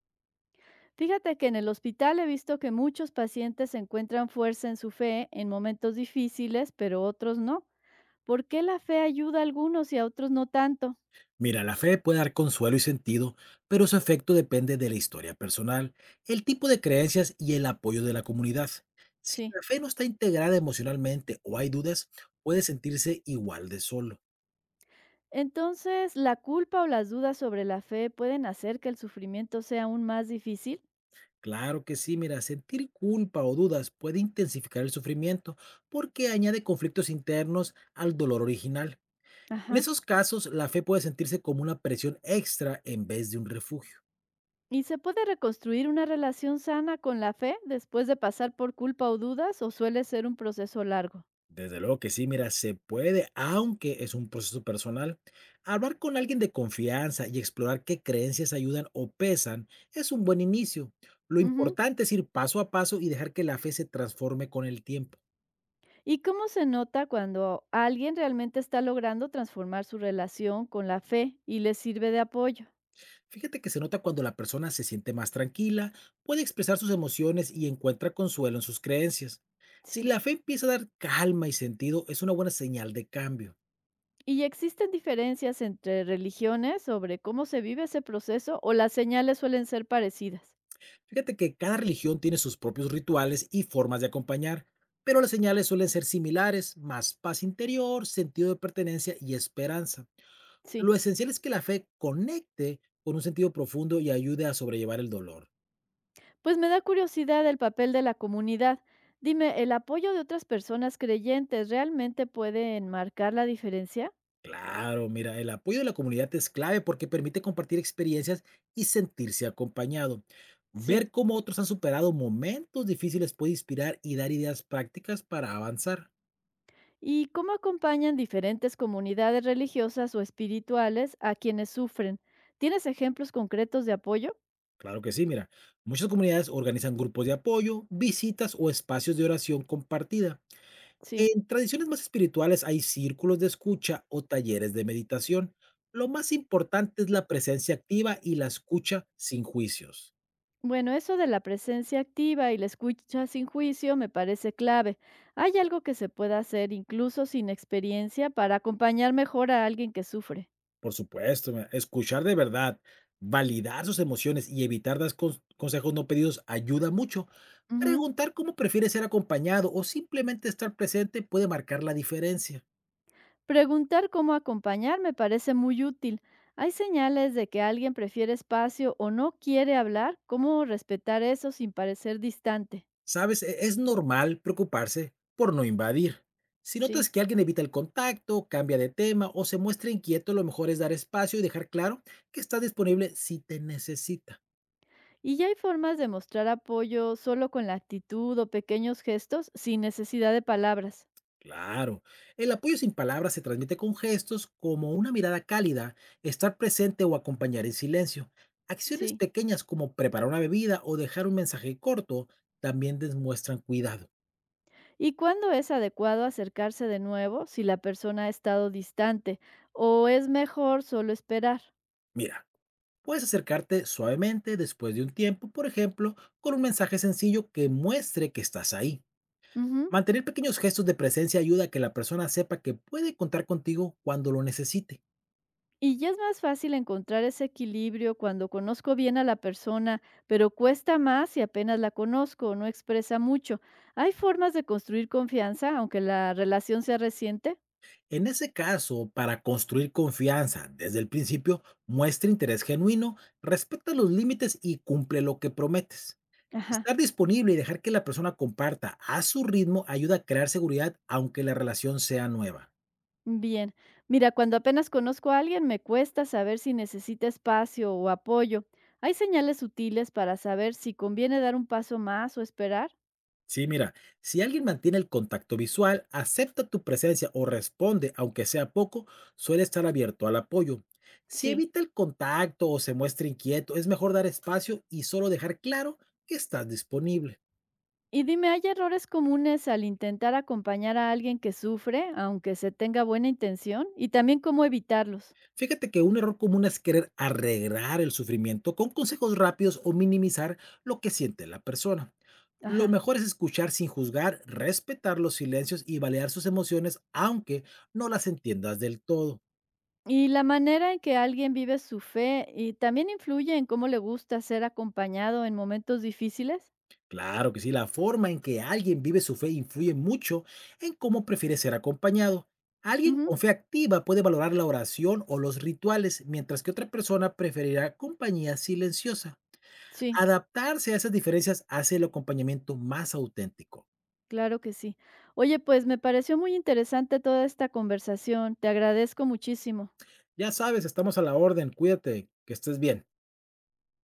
Fíjate que en el hospital he visto que muchos pacientes encuentran fuerza en su fe en momentos difíciles, pero otros no. ¿Por qué la fe ayuda a algunos y a otros no tanto? Mira, la fe puede dar consuelo y sentido, pero su efecto depende de la historia personal, el tipo de creencias y el apoyo de la comunidad. Si Sí. la fe no está integrada emocionalmente o hay dudas, puede sentirse igual de solo. Entonces, ¿la culpa o las dudas sobre la fe pueden hacer que el sufrimiento sea aún más difícil? Claro que sí, mira, sentir culpa o dudas puede intensificar el sufrimiento porque añade conflictos internos al dolor original. En Ajá. esos casos, la fe puede sentirse como una presión extra en vez de un refugio. ¿Y se puede reconstruir una relación sana con la fe después de pasar por culpa o dudas o suele ser un proceso largo? Desde luego que sí, mira, se puede, aunque es un proceso personal. Hablar con alguien de confianza y explorar qué creencias ayudan o pesan es un buen inicio. Lo Ujú. importante es ir paso a paso y dejar que la fe se transforme con el tiempo. ¿Y cómo se nota cuando alguien realmente está logrando transformar su relación con la fe y le sirve de apoyo? Fíjate que se nota cuando la persona se siente más tranquila, puede expresar sus emociones y encuentra consuelo en sus creencias. Si Sí. la fe empieza a dar calma y sentido, es una buena señal de cambio. ¿Y existen diferencias entre religiones sobre cómo se vive ese proceso o las señales suelen ser parecidas? Fíjate que cada religión tiene sus propios rituales y formas de acompañar, pero las señales suelen ser similares, más paz interior, sentido de pertenencia y esperanza. Sí. Lo esencial es que la fe conecte con un sentido profundo y ayude a sobrellevar el dolor. Pues me da curiosidad el papel de la comunidad. Dime, ¿el apoyo de otras personas creyentes realmente puede enmarcar la diferencia? Claro, mira, el apoyo de la comunidad es clave porque permite compartir experiencias y sentirse acompañado. Sí. Ver cómo otros han superado momentos difíciles puede inspirar y dar ideas prácticas para avanzar. ¿Y cómo acompañan diferentes comunidades religiosas o espirituales a quienes sufren? ¿Tienes ejemplos concretos de apoyo? Claro que sí, mira, muchas comunidades organizan grupos de apoyo, visitas o espacios de oración compartida. Sí. En tradiciones más espirituales hay círculos de escucha o talleres de meditación. Lo más importante es la presencia activa y la escucha sin juicios. Bueno, eso de la presencia activa y la escucha sin juicio me parece clave. ¿Hay algo que se pueda hacer incluso sin experiencia para acompañar mejor a alguien que sufre? Por supuesto, mira, escuchar de verdad, validar sus emociones y evitar dar consejos no pedidos ayuda mucho. Ujú. Preguntar cómo prefiere ser acompañado o simplemente estar presente puede marcar la diferencia. Preguntar cómo acompañar me parece muy útil. ¿Hay señales de que alguien prefiere espacio o no quiere hablar? ¿Cómo respetar eso sin parecer distante? Sabes, es normal preocuparse por no invadir. Si notas Sí. que alguien evita el contacto, cambia de tema o se muestra inquieto, lo mejor es dar espacio y dejar claro que está disponible si te necesita. Y ya hay formas de mostrar apoyo solo con la actitud o pequeños gestos sin necesidad de palabras. Claro, el apoyo sin palabras se transmite con gestos como una mirada cálida, estar presente o acompañar en silencio. Acciones Sí. pequeñas como preparar una bebida o dejar un mensaje corto también demuestran cuidado. ¿Y cuándo es adecuado acercarse de nuevo si la persona ha estado distante? ¿O es mejor solo esperar? Mira, puedes acercarte suavemente después de un tiempo, por ejemplo, con un mensaje sencillo que muestre que estás ahí. Ujú. Mantener pequeños gestos de presencia ayuda a que la persona sepa que puede contar contigo cuando lo necesite. Y ya es más fácil encontrar ese equilibrio cuando conozco bien a la persona, pero cuesta más si apenas la conozco o no expresa mucho. ¿Hay formas de construir confianza aunque la relación sea reciente? En ese caso, para construir confianza desde el principio, muestra interés genuino, respeta los límites y cumple lo que prometes. Ajá. Estar disponible y dejar que la persona comparta a su ritmo ayuda a crear seguridad aunque la relación sea nueva. Bien, mira, cuando apenas conozco a alguien me cuesta saber si necesita espacio o apoyo. ¿Hay señales sutiles para saber si conviene dar un paso más o esperar? Sí, mira, si alguien mantiene el contacto visual, acepta tu presencia o responde, aunque sea poco, suele estar abierto al apoyo. Si Sí. evita el contacto o se muestra inquieto, es mejor dar espacio y solo dejar claro que estás disponible. Y dime, ¿hay errores comunes al intentar acompañar a alguien que sufre, aunque se tenga buena intención? Y también cómo evitarlos. Fíjate que un error común es querer arreglar el sufrimiento con consejos rápidos o minimizar lo que siente la persona. Lo Ajá. mejor es escuchar sin juzgar, respetar los silencios y balear sus emociones, aunque no las entiendas del todo. Y la manera en que alguien vive su fe y también influye en cómo le gusta ser acompañado en momentos difíciles. Claro que sí, la forma en que alguien vive su fe influye mucho en cómo prefiere ser acompañado. Alguien Ujú, con fe activa puede valorar la oración o los rituales, mientras que otra persona preferirá compañía silenciosa. sí. Adaptarse a esas diferencias hace el acompañamiento más auténtico. Claro que sí. Oye, pues me pareció muy interesante toda esta conversación. Te agradezco muchísimo. Ya sabes, estamos a la orden, cuídate, que estés bien.